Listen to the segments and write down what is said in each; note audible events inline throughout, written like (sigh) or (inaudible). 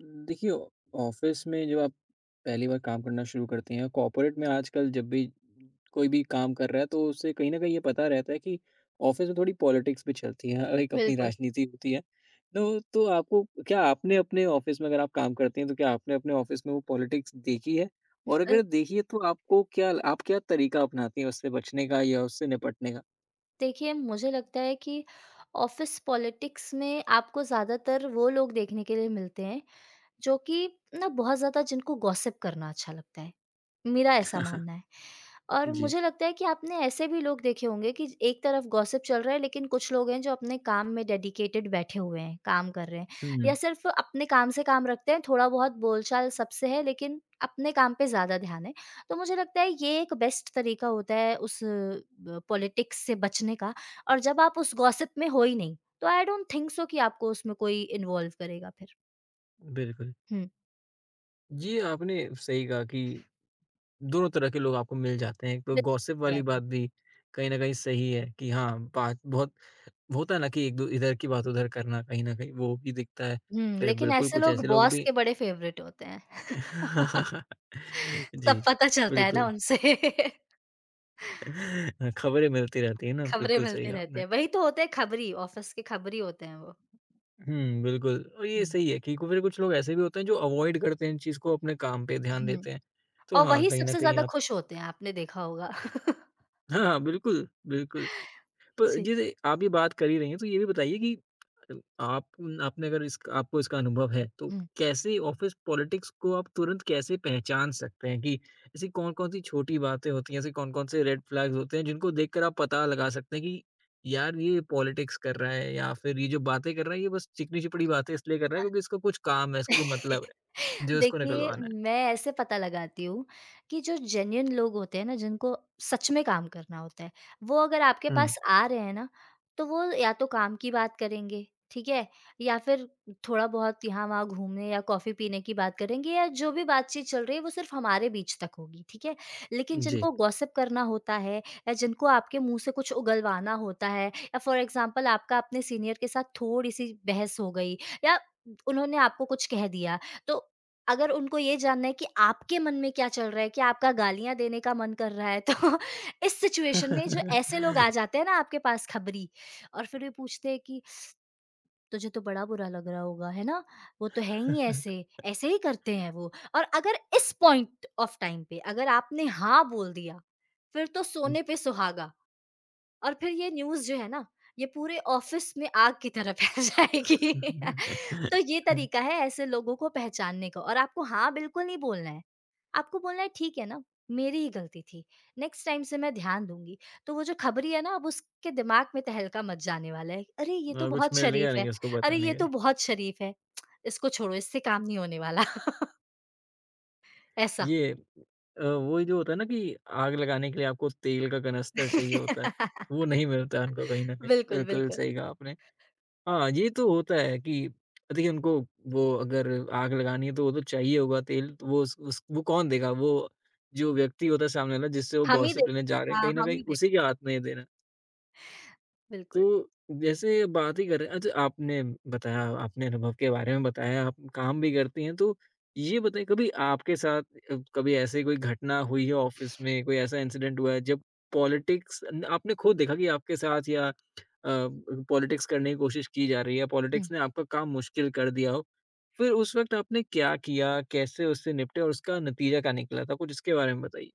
देखिए, ऑफ़िस में जब आप पहली बार काम करना शुरू करते हैं, कॉर्पोरेट में आजकल जब भी कोई भी काम कर रहा है, तो उससे कहीं न कहीं ये पता रहता है कि ऑफ़िस में थोड़ी पॉलिटिक्स भी चलती है, हर एक अपनी बिल्कुल। राजनीति होती है। तो आपको क्या आपने अपने ऑफ़िस में अगर आप काम करते हैं, तो क्या आपने अपने ऑफ़िस में वो पॉलिटिक्स देखी है? और अ, अगर देखी है, तो आपको क्या आप क्या तरीका अपनाती हैं उससे बचने का या उससे निपटने का? देखिए मुझे लगता है कि ऑफ़िस पॉलिटिक्स में आपको ज़्यादातर वो लोग देखने के लिए मिलते हैं, जो कि ना बहुत ज़्यादा जिनको गॉसिप करना अच्छा लगता है। मेरा ऐसा मानना है (laughs) और जी। मुझे लगता है कि आपने ऐसे भी लोग देखे होंगे कि एक तरफ गॉसिप चल रहा है लेकिन कुछ लोग हैं जो अपने काम में डेडिकेटेड बैठे हुए हैं, काम कर रहे हैं या हुँ, सिर्फ अपने काम से काम रखते हैं, थोड़ा-बहुत बोलचाल सबसे है लेकिन अपने काम पे ज़्यादा ध्यान है। तो मुझे लगता है ये एक बेस्ट तरीका होता है उस पॉलिटिक्स से बचने का और जब आप उस गॉसिप में हो ही नहीं, तो आई डोंट थिंक सो कि आपको उसमें कोई इन्वॉल्व करेगा फिर। बिल्कुल। हुँ। जी, आपने सही कहा कि दोनों तरह के लोग आपको मिल जाते हैं। एक तो गॉसिप बिल्कुल वाली जाते हैं। बात भी कहीं न कहीं सही है कि हाँ, बात बहुत होता है ना कि एक दो इधर की बात उधर करना कहीं न कहीं वो भी दिखता है। हुँ, फिर लेकिन बिल्कुल ऐसे कुछ लोग ऐसे लोग बॉस भी। के बड़े फ़ेवरेट होते हैं। (laughs) (laughs) जी, सब पता चलता है ना बिल्कुल। उनसे। (laughs) (laughs) खबरें मिलती रहती हैं ना, खबरें बिल्कुल सही मिलते कहा रहते आपने। हैं। वही तो होते हैं खबरी, ऑफ़िस के खबरी होते हैं वो। हुँ, बिल्कुल और ये हुँ। सही है कि फिर कुछ लोग ऐसे भी होते हैं जो अवॉइड करते हैं इन चीज़ को, अपने काम पे ध्यान हुँ, देते हैं। तो और हाँ, वही कहीं न सबसे कहीं ज़्यादा आप। खुश होते हैं, आपने देखा होगा। (laughs) हाँ, हाँ, बिल्कुल, बिल्कुल। प जी, जैसे आप ये बात कर ही रही हैं, तो ये भी बताइए कि अ, आप आपने अगर इसक आपको इसका अनुभव है, तो हुँ। कैसे ऑफ़िस पॉलिटिक्स को आप तुरंत कैसे पहचान सकते हैं कि ऐसी कौन-कौन सी छोटी बातें होती हैं, ऐसे कौन-कौन से रेड फ्लैग्स होते हैं, जिनको देखकर आप पता लगा सकते हैं कि यार ये पॉलिटिक्स कर रहा है या फिर ये जो बातें कर रहा है, ये बस चिकनी-चपड़ी बातें इसलिए कर रहा है हाँ। क्योंकि इसको कुछ काम है, इसको कोई मतलब है, (laughs) जो इसको देखिए, निकलवाना मैं ऐसे पता लगाती हूँ कि जो जेन्युइन लोग होते हैं ना, जिनको सच में काम करना होता है, वो अगर आपके हुँ। है? पास आ रहे हैं ना, तो वो या तो काम की बात करेंगे, ठीक है? या फिर थोड़ा बहुत यहाँ-वहाँ घूमने या कॉफ़ी पीने की बात करेंगे या जो भी बातचीत चल रही है, वो सिर्फ़ हमारे बीच तक होगी, ठीक है? लेकिन जी। जिनको गॉसिप करना होता है या जिनको आपके मुँह से कुछ उगलवाना होता है या फ़ॉर एग्ज़ाम्पल आपका अपने सीनियर के साथ थोड़ी-सी बहस हो गई या उन्होंने आपको कुछ कह दिया, तो अगर उनको ये जानना है कि आपके मन में क्या चल रहा है, क्या आपका गालियाँ देने का मन कर रहा है तो (laughs) इस सिचुएशन में जो ऐसे लोग आ (laughs) जाते हैं ना आपके पास खबरी। और फिर ये पूछते हैं कि तुझे तो बड़ा बुरा लग रहा होगा, है ना? वो तो है ही ऐसे, ऐसे ही करते हैं वो। और अगर इस पॉइंट ऑफ टाइम पे अगर आपने हाँ बोल दिया, फिर तो हम्म। सोने पे सुहागा। और फिर ये न्यूज़ जो है ना, ये पूरे ऑफ़िस में आग की तरह फैल जाएगी। (laughs) तो ये तरीका (laughs) है ऐसे लोगों को पहचानने का और आपको हाँ बिल्कुल नहीं बोलना है। आपको बोलना है ठीक है ना, मेरी ही गलती थी। नेक्स्ट टाइम से मैं ध्यान दूँगी। तो वो जो खबरी है ना अब उसके दिमाग में तहलका मच जाने वाला है। अरे ये तो कुछ बहुत मिल गया शरीफ है, नहीं उसको अरे बताने ये के तो लिए। बहुत शरीफ है। इसको छोड़ो इससे काम नहीं होने वाला। (laughs) ऐसा। ये वही जो होता है ना कि आग लगाने के लिए आपको तेल का कनस्तर चाहिए होता है, (laughs) वो नहीं मिलता है उनको कहीं न कहीं। बिल्कुल, बिल्कुल बिल्कुल। सही कहा आपने। हाँ, ये तो होता है कि देखिए उनको वो अगर आग लगानी है तो वो तो चाहिए होगा तेल, तो वो उस वो कौन देगा? वो जो व्यक्ति होता है सामने वाला जिससे वो हम ही गॉसिप देख। लेने जा रहे हैं, हाँ, कहीं न हम कहीं ही उसी देख। के हाथ में ये देना है। बिल्कुल। तो जैसे बात ही कर रहे हैं। अच्छा, आपने बताया, आपने अनुभव के बारे में बताया, आप काम भी करती हैं तो ये बताइए कभी आपके साथ कभी ऐसी कोई घटना हुई है ऑफ़िस में, कोई ऐसा इंसिडेंट हुआ है जब पॉलिटिक्स न आपने खुद देखा कि आपके साथ या पॉलिटिक्स करने की कोशिश की जा रही है, हुँ। पॉलिटिक्स ने आपका काम मुश्किल कर दिया हो, फिर उस वक़्त आपने क्या किया, कैसे उससे निपटे और उसका नतीजा क्या निकला था? कुछ इसके बारे में बताइए।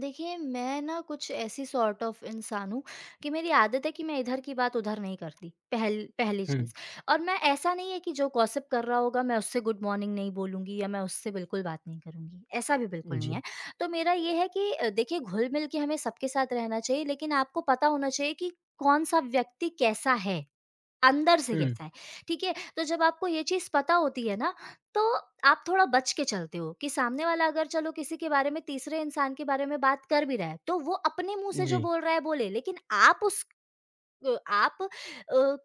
देखिए, मैं ना कुछ ऐसी सॉर्ट ऑफ इंसान हूँ कि मेरी आदत है कि मैं इधर की बात उधर नहीं करती, पहली हुँ। चीज़। और मैं ऐसा नहीं है कि जो गॉसिप कर रहा होगा, मैं उससे गुड मॉर्निंग नहीं बोलूँगी या मैं उससे बिल्कुल बात नहीं करूँगी, ऐसा भी बिल्कुल नहीं है। जी। तो मेरा ये है कि देखिए घुल-मिल के हमें सबके साथ रहना चाहिए, लेकिन आपको पता होना चाहिए कि कौन-सा व्यक्ति कैसा है। अंदर से हुँ। कैसा है, ठीक है? तो जब आपको ये चीज़ पता होती है ना, तो आप थोड़ा बच के चलते हो कि सामने वाला अगर चलो किसी के बारे में तीसरे इंसान के बारे में बात कर भी रहा है, तो वो अपने मुँह से जो जी। बोल रहा है बोले, लेकिन आप उस अ, आप अ,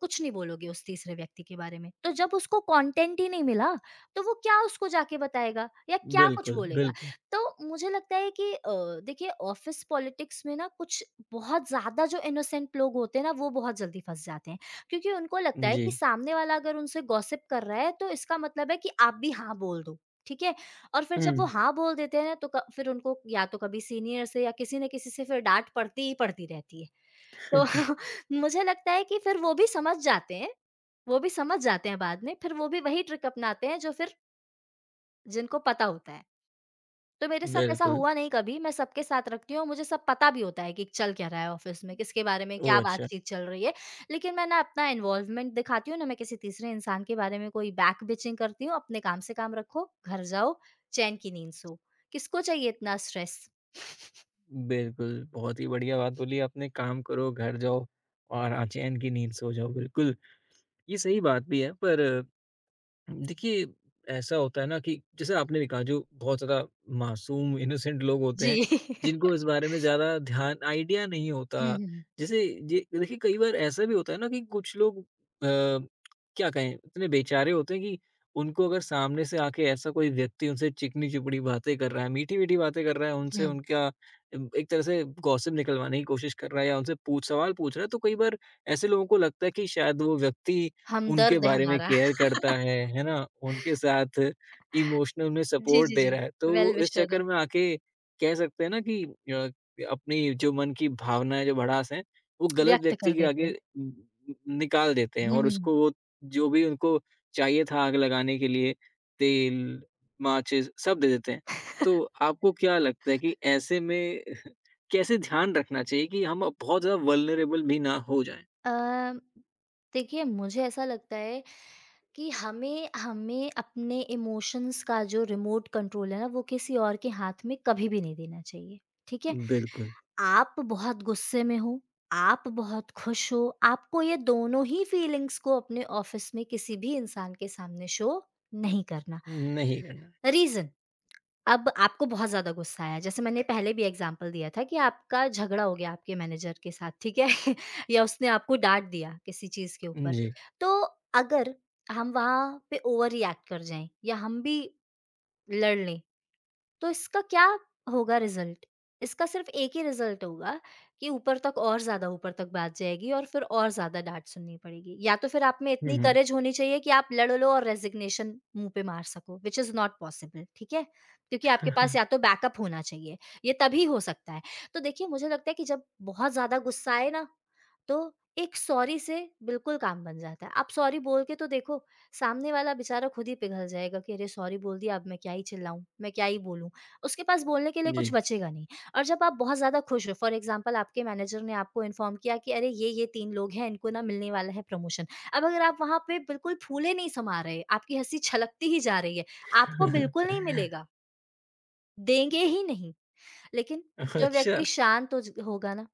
कुछ नहीं बोलोगे उस तीसरे व्यक्ति के बारे में। तो जब उसको कंटेंट ही नहीं मिला, तो वो क्या उसको जाके बताएगा या क्या कुछ बिल्कुल, बोलेगा? बिल्कुल। तो मुझे लगता है कि देखिए ऑफ़िस पॉलिटिक्स में ना कुछ बहुत ज़्यादा जो इनोसेंट लोग होते हैं ना, वो बहुत जल्दी फँस जाते हैं। क्योंकि उनको लगता है जी। कि सामने वाला अगर उनसे गॉसिप कर रहा है, तो इसका मतलब है कि आप भी हाँ बोल दो, ठीक है? और फिर हुँ। जब वो हाँ बोल देते हैं ना, तो क फिर उनको या तो कभी सीनियर से या किसी न किसी से फिर डाँट पड़ती ही पड़ती रहती है। तो (laughs) (laughs) मुझे लगता है कि फिर वो भी समझ जाते हैं, वो भी समझ जाते हैं बाद में, फिर वो भी वही ट्रिक अपनाते हैं जो फिर जिनको पता होता है। तो मेरे साथ ऐसा बिल्कुल। हुआ नहीं कभी, मैं सबके साथ रखती हूँ और मुझे सब पता भी होता है कि चल क्या रहा है ऑफ़िस में, किसके बारे में क्या ओह! अच्छा। बातचीत चल रही है। लेकिन मैं ना अपना इन्वॉल्वमेंट दिखाती हूँ, ना मैं किसी तीसरे इंसान के बारे में कोई बैक बिचिंग करती हूँ, अपने काम से काम रखो, घर जाओ, चैन की नींद सो। किसको चाहिए इतना स्ट्रेस? बिल्कुल, बहुत ही बढ़िया बात बोली आपने, काम करो, घर जाओ और चैन की नींद सो जाओ, बिल्कुल। ये सही बात भी है, पर देखिए, ऐसा होता है ना कि जैसे आपने भी कहा जो बहुत ज़्यादा मासूम इनोसेंट लोग होते जी। हैं, (laughs) जिनको इस बारे में ज़्यादा ध्यान आइडिया नहीं होता। हुँ, हुँ, हुँ। जैसे ये देखिए कई बार ऐसा भी होता है ना कि कुछ लोग क्या कहें इतने बेचारे होते हैं कि उनको अगर सामने से आके ऐसा कोई व्यक्ति उनसे चिकनी-चुपड़ी बातें कर रहा है, मीठी-मीठी बातें कर रहा है, उनसे हुँ, उनका एक तरह से गॉसिप निकलवाने की कोशिश कर रहा है या उनसे पूछ सवाल पूछ रहा है, तो कई बार ऐसे लोगों को लगता है कि शायद वो व्यक्ति उनके हमदर्द है बारे में हमारा। केयर करता है ना? उनके साथ इमोशनल में (laughs) जी, सपोर्ट जी, दे जी। रहा है। तो वेल वो इस विशर है। चक्कर में आके कह सकते हैं ना कि अपनी जो मन की भावनाएँ, जो भड़ास है, वो गलत व्यक्त कर व्यक्ति के देते आगे हैं। उम, निकाल देते हैं हुँ, और हुँ। उसको वो जो भी उनको चाहिए था आग लगाने के लिए, तेल, माचिस सब दे देते हैं। तो आपको क्या लगता है कि ऐसे में (laughs) कैसे ध्यान रखना चाहिए कि हम बहुत ज़्यादा वल्नरेबल भी ना हो जाएँ? अ, देखिए मुझे ऐसा लगता है कि हमें हमें अपने इमोशंस का जो रिमोट कंट्रोल है ना वो किसी और के हाथ में कभी भी नहीं देना चाहिए, ठीक है? बिल्कुल। आप बहुत गुस्से में हो, आप बहुत खुश हो, आपको ये दोनों ही फीलिंग्स को अपने ऑफ़िस में किसी भी इंसान के सामने शो नहीं करना। नहीं करना। रीज़न अब आपको बहुत ज़्यादा गुस्सा आया, जैसे मैंने पहले भी एग्ज़ाम्पल दिया था कि आपका झगड़ा हो गया आपके मैनेजर के साथ, ठीक है? (laughs) या उसने आपको डाँट दिया किसी चीज़ के ऊपर। जी। तो अगर हम वहाँ पे ओवर रिएक्ट कर जाएँ या हम भी लड़ लें, तो इसका क्या होगा रिजल्ट? इसका सिर्फ़ एक ही रिजल्ट होगा कि ऊपर तक और ज़्यादा ऊपर तक बात जाएगी और फिर और ज़्यादा डाँट सुननी पड़ेगी। या तो फिर आप में हुँ, इतनी हुँ। करेज होनी चाहिए कि आप लड़ लो और रेज़िग्नेशन मुँह पे मार सको, व्हिच इज़ नॉट पॉसिबल, ठीक है? क्योंकि आपके पास या तो (laughs) बैकअप होना चाहिए, ये तभी हो सकता है। तो देखिए, मुझे लगता है कि जब बहुत ज़्यादा गुस्सा आए ना, तो एक सॉरी से बिल्कुल काम बन जाता है। आप सॉरी बोल के तो देखो, सामने वाला बेचारा खुद ही पिघल जाएगा कि अरे! सॉरी बोल दिया, अब मैं क्या ही चिल्लाऊँ, मैं क्या ही बोलूँ। उसके पास बोलने के लिए जी। कुछ बचेगा नहीं। और जब आप बहुत ज़्यादा खुश हो फॉर एग्ज़ाम्पल आपके मैनेजर ने आपको इन्फॉर्म किया कि अरे ये 3 लोग हैं इनको ना मिलने वाला है प्रमोशन। अब अगर आप वहाँ पे बिल्कुल फूले नहीं समा रहे, आपकी हँसी छलकती ही जा रही है, आपको बिल्कुल नहीं (laughs) मिलेगा, देंगे ही नहीं। लेकिन जो अच्छा। व्यक्ति शांत हो ज होगा ना,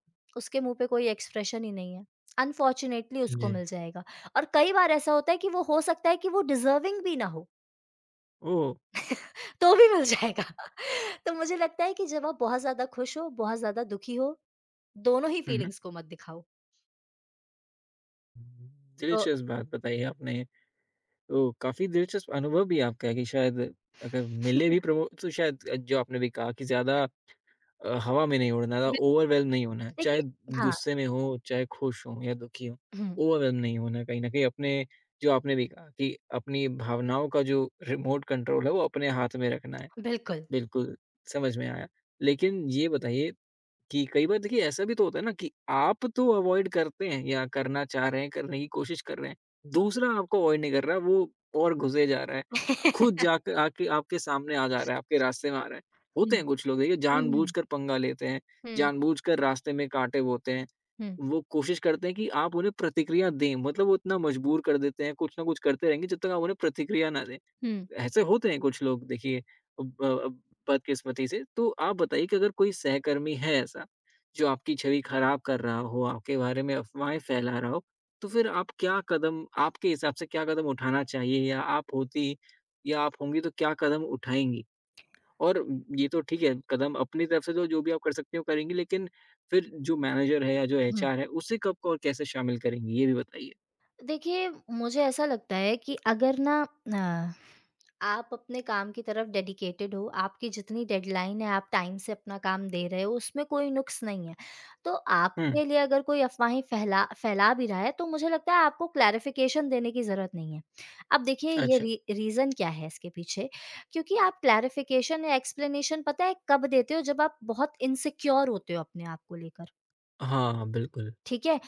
उसके मुँह पे कोई एक्सप्रेशन ही नहीं है। अनफॉर्च्यूनेटली उसको जी। मिल जाएगा और कई बार ऐसा होता है कि वो हो सकता है कि वो डिज़र्विंग भी ना हो, ओह! तो भी मिल जाएगा। तो मुझे लगता है कि जब आप बहुत ज़्यादा खुश हो, बहुत ज़्यादा दुखी हो, दोनों ही हुँ, हुँ। फीलिंग्स को मत दिखाओ। तो दिलचस्प बात बताई आपने। तो काफ़ी दिलचस्प अनुभव भी आपका है कि शायद अगर मिले भी प्रमो तो शायद जो आपने भी कहा कि ज़्यादा हवा में नहीं उड़ना है, ज़्यादा बि ओवरवेल्म नहीं होना है। देखिए चाहे हाँ, गुस्से में हो, चाहे खुश हों या दुखी हों, हुँ, ओवरवेल्म नहीं होना है कहीं न कहीं। अपने जो आपने भी कहा कि अपनी भावनाओं का जो रिमोट कंट्रोल है, वो अपने हाथ में रखना है। बिल्कुल। बिल्कुल, समझ में आया। लेकिन ये बताइए कि कई बार देखिए ऐसा भी तो होता है ना कि आप तो अवॉइड करते हैं या करना चाह रहे हैं, करने की कोशिश कर रहे हैं, दूसरा आपको अवॉइड नहीं कर रहा, वो और घुसे जा रहा है। खुद (laughs) जाके आके आपके सामने आ जा रहा है, आपके रास्ते में आ रहा है। हुँ, होते हैं कुछ लोग देखिए हुँ, हुँ, जानबूझकर पंगा लेते हैं, हुँ, जानबूझकर रास्ते में कांटे बोते हैं। हुँ, वो कोशिश करते हैं कि आप उन्हें प्रतिक्रिया दें, मतलब वो इतना मजबूर कर देते हैं, कुछ ना कुछ करते रहेंगे जब तक आप उन्हें प्रतिक्रिया ना दें। हुँ, ऐसे होते हैं कुछ लोग देखिए अब बदकिस्मती से। तो आप बताइए कि अगर कोई सहकर्मी है ऐसा, जो आपकी छवि खराब कर रहा हो, आपके बारे में अफ़वाहें फैला रहा हो, तो फिर आप क्या कदम आपके हिसाब से क्या कदम उठाना चाहिए या आप होती या आप होंगी तो क्या कदम उठाएँगी? और ये तो ठीक है, कदम अपनी तरफ से तो जो भी आप कर सकती हो करेंगी, लेकिन फिर जो मैनेजर है या जो हुँ। एचआर है, उसे कब और कैसे शामिल करेंगी? ये भी बताइए। देखिए, मुझे ऐसा लगता है कि अगर ना अ आप अपने काम की तरफ डेडिकेटेड हो, आपकी जितनी डेडलाइन है आप टाइम से अपना काम दे रहे हो, उसमें कोई नुक्स नहीं है। तो हुँ, आपके लिए अगर कोई अफ़वाहें फैला फैला भी रहा है तो मुझे लगता है आपको क्लैरिफ़िकेशन देने की ज़रूरत नहीं है। अब देखिए ये अच्छा। री रीज़न क्या है इसके पीछे? क्योंकि आप क्लैरिफ़िकेशन या एक्सप्लेनेशन पता है कब देते हो जब आप बहुत इनसिक्योर होते हो अपने आप को लेकर, हाँ, बिल्कुल। ठीक है?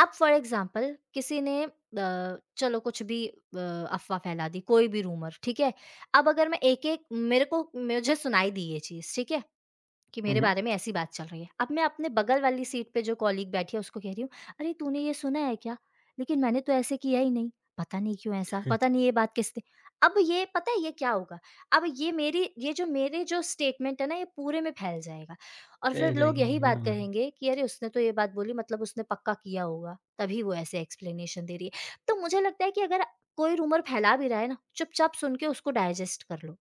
अब फॉर एग्जाम्पल किसी ने चलो कुछ भी अफ़वाह फैला दी, कोई भी रूमर, ठीक है? अब अगर मैं एक-एक मेरे को मुझे सुनाई दी ये चीज़, ठीक है? कि हुँ, मेरे हुँ। बारे में ऐसी बात चल रही है। अब मैं अपने बगल वाली सीट पे जो कॉलीग बैठी है उसको कह रही हूँ, "अरे तूने ये सुना है क्या? लेकिन मैंने तो ऐसे किया ही नहीं। पता नहीं क्यों ऐसा? पता नहीं ये बात किसने" अब ये पता है ये क्या होगा? अब ये मेरी ये जो मेरे जो स्टेटमेंट है ना ये पूरे में फैल जाएगा। और फिर रह (laughs) लोग जाएगी, यही बात हाँ। कहेंगे कि अरे उसने तो ये बात बोली मतलब उसने पक्का किया होगा, तभी वो ऐसे एक्सप्लेनेशन दे रही है। तो मुझे लगता है कि अगर कोई रूमर फैला भी रहा है ना, चुपचाप सुन के उसको डाइजेस्ट कर लो।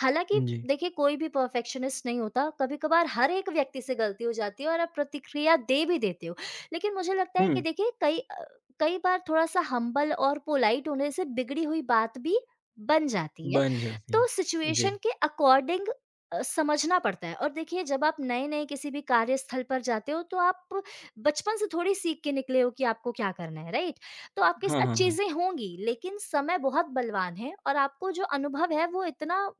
हालाँकि जी। देखिए कोई भी परफेक्शनिस्ट नहीं होता, कभी-कभार हर एक व्यक्ति से गलती हो जाती है और आप प्रतिक्रिया दे भी देते हो। लेकिन मुझे लगता है कि हुँ, देखिए कई बार थोड़ा-सा हम्बल और पोलाइट होने से बिगड़ी हुई बात भी बन जाती है। बन जाती तो है। सिचुएशन जी। के अकॉर्डिंग समझना पड़ता है और देखिए जब आप नए-नए किसी भी कार्यस्थल पर जाते हो तो आप बचपन से थोड़ी सीख के निकले हो कि आपको क्या करना है, राइट? तो आपके हाँ, साथ हाँ, हाँ। चीज़ें होंगी, लेकिन समय बहुत बलवान है और आपको जो अनुभव है वो इतना अ,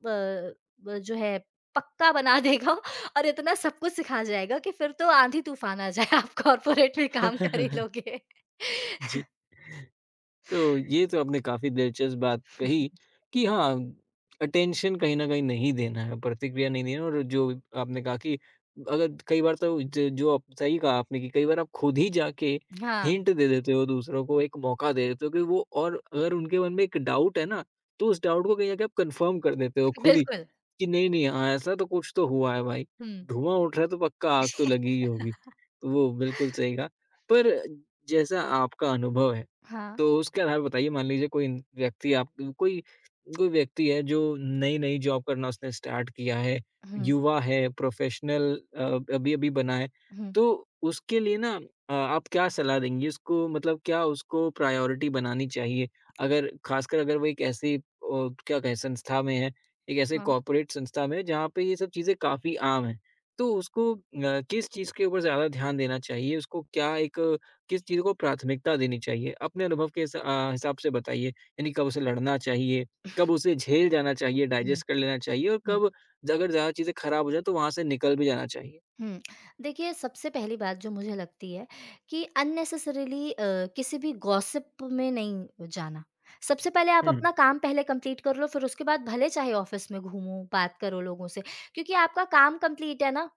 ब जो है पक्का बना देगा (laughs) और इतना सब कुछ सिखा जाएगा कि फिर तो आंधी-तूफ़ान आ जाए आप कॉर्पोरेट में काम कर ही (laughs) लोगे। जी। तो ये तो आपने काफ़ी दिलचस्प बात कही (laughs) कि हाँ, अटेंशन कहीं न कहीं नहीं देना है, प्रतिक्रिया नहीं देना और जो आपने कहा कि अगर कई बार तो ज जो आप सही कहा आपने कि कई बार आप खुद ही जाके हाँ, हिंट दे देते हो दूसरों को, एक मौका दे देते हो कि वो और अगर उनके मन में एक डाउट है ना, तो उस डाउट को कहीं न कहीं आप कन्फर्म कर देते हो खुद ही। बिल्कुल। कि नहीं, नहीं, हाँ, ऐसा तो कुछ तो हुआ है भाई। हुँ। धुआँ उठ रहा है तो पक्का आग तो लगी ही (laughs) होगी। तो वो बिल्कुल सही कहा। पर जैसा आपका अनुभव है हाँ। तो उसके आधार पे बताइए मान लीजिए कोई इन व्यक्ति आप कोई कोई व्यक्ति है जो नई-नई जॉब करना उसने स्टार्ट किया है, हुँ, युवा है, प्रोफ़ेशनल अभी-अभी बना है, हुँ। तो उसके लिए ना आप क्या सलाह देंगी उसको, मतलब क्या उसको प्रायोरिटी बनानी चाहिए? अगर ख़ासकर अगर वो एक ऐसी क्या कहें संस्था में है, एक ऐसे हाँ। कॉर्पोरेट संस्था में है जहाँ पे ये सब चीज़ें काफ़ी आम हैं, तो उसको किस चीज़ के ऊपर ज़्यादा ध्यान देना चाहिए? उसको क्या एक किस चीज़ को प्राथमिकता देनी चाहिए? अपने अनुभव के हिसाब से बताइए, यानी कब उसे लड़ना चाहिए, कब उसे झेल जाना चाहिए, हुँ, हुँ। डाइजेस्ट कर लेना चाहिए और कब ज अगर ज़्यादा चीज़ें खराब हो जाएँ तो वहाँ से निकल भी जाना चाहिए? हुँ। देखिए, सबसे पहली बात जो मुझे लगती है कि अननेसेसरीली किसी भी गॉसिप में नहीं जाना। सबसे पहले आप हुँ। अपना काम पहले कंप्लीट कर लो, फिर उसके बाद भले चाहे ऑफ़िस में घूमो, बात करो लोगों से, क्योंकि आपका काम कंप्लीट है ना,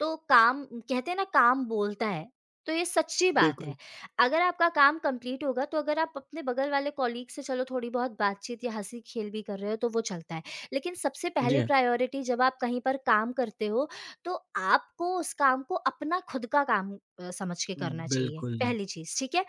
तो काम कहते हैं ना काम बोलता है, तो ये सच्ची बात है। बिल्कुल। अगर आपका काम कंप्लीट होगा, तो अगर आप अपने बगल वाले कॉलीग से चलो थोड़ी बहुत बातचीत या हँसी-खेल भी कर रहे हो, तो वो चलता है। लेकिन सबसे जी पहली हाँ। प्रायोरिटी जब आप कहीं पर काम करते हो, तो आपको उस काम को अपना खुद का काम समझ के करना चाहिए, बिल्कुल। पहली चीज़, ठीक है?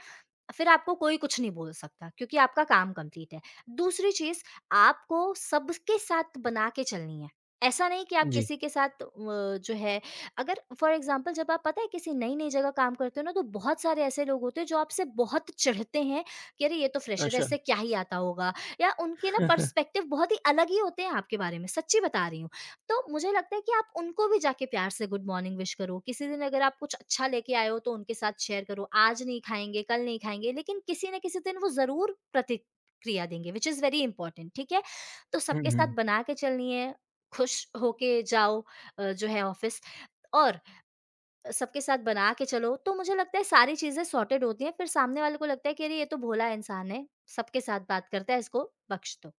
फिर आपको कोई कुछ नहीं बोल सकता क्योंकि आपका काम कंप्लीट है। दूसरी चीज़, आपको सबके साथ बना के चलनी है। ऐसा नहीं कि आप जी। किसी के साथ जो है अगर फ़ॉर एग्ज़ाम्पल जब आप पता है किसी नई-नई जगह काम करते हो ना, तो बहुत सारे ऐसे लोग होते हैं जो आपसे बहुत चिढ़ते हैं कि अरे ये तो फ्रेशर है, तो अच्छा। इससे क्या ही आता होगा या उनके ना (laughs) पर्सपेक्टिव बहुत ही अलग ही होते हैं आपके बारे में, सच्ची बता रही हूँ। तो मुझे लगता है कि आप उनको भी जाके प्यार से गुड मॉर्निंग विश करो। किसी दिन अगर आप कुछ अच्छा लेके आए हो तो उनके साथ शेयर करो, आज नहीं खाएँगे, कल नहीं खाएँगे, लेकिन किसी न किसी दिन वो ज़रूर प्रतिक्रिया देंगे व्हिच इज़ वेरी इम्पोर्टेंट ठीक है? तो हुँ, सबके साथ हुँ। बना के चलनी है, खुश होके जाओ जो है ऑफ़िस और सबके साथ बना के चलो तो मुझे लगता है सारी चीज़ें सॉर्टेड होती हैं, फिर सामने वाले को लगता है कि अरे ये तो भोला इंसान है, सबके साथ बात करता है इसको बख्श दो।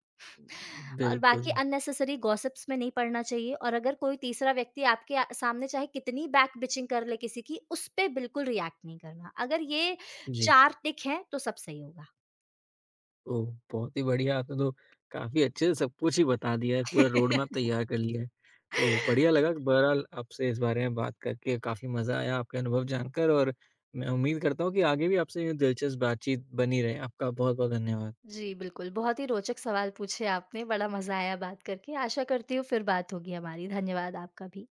और बाकी बिल्कुल, अननेसेसरी गॉसिप्स में नहीं पड़ना चाहिए और अगर कोई तीसरा व्यक्ति आपके सामने चाहे कितनी बैक बिचिंग कर ले किसी की उस पे बिल्कुल रिएक्ट नहीं करना अगर ये जी। चार टिक हैं तो सब सही होगा। ओह! बहुत ही बढ़िया, आपने तो काफ़ी अच्छे से सब कुछ ही बता दिया है, पूरा रोड मैप (laughs) तैयार कर लिया है। तो बढ़िया लगा, बहरहाल आपसे इस बारे में बात करके काफ़ी मज़ा आया, आपके अनुभव जानकर और मैं उम्मीद करता हूँ कि आगे भी आपसे यूँ दिलचस्प बातचीत बनी रहे। आपका बहुत-बहुत धन्यवाद। जी बिल्कुल बहुत ही रोचक सवाल पूछे आपने बड़ा मजा आया बात करके आशा करती हूँ फिर बात होगी हमारी धन्यवाद आपका भी।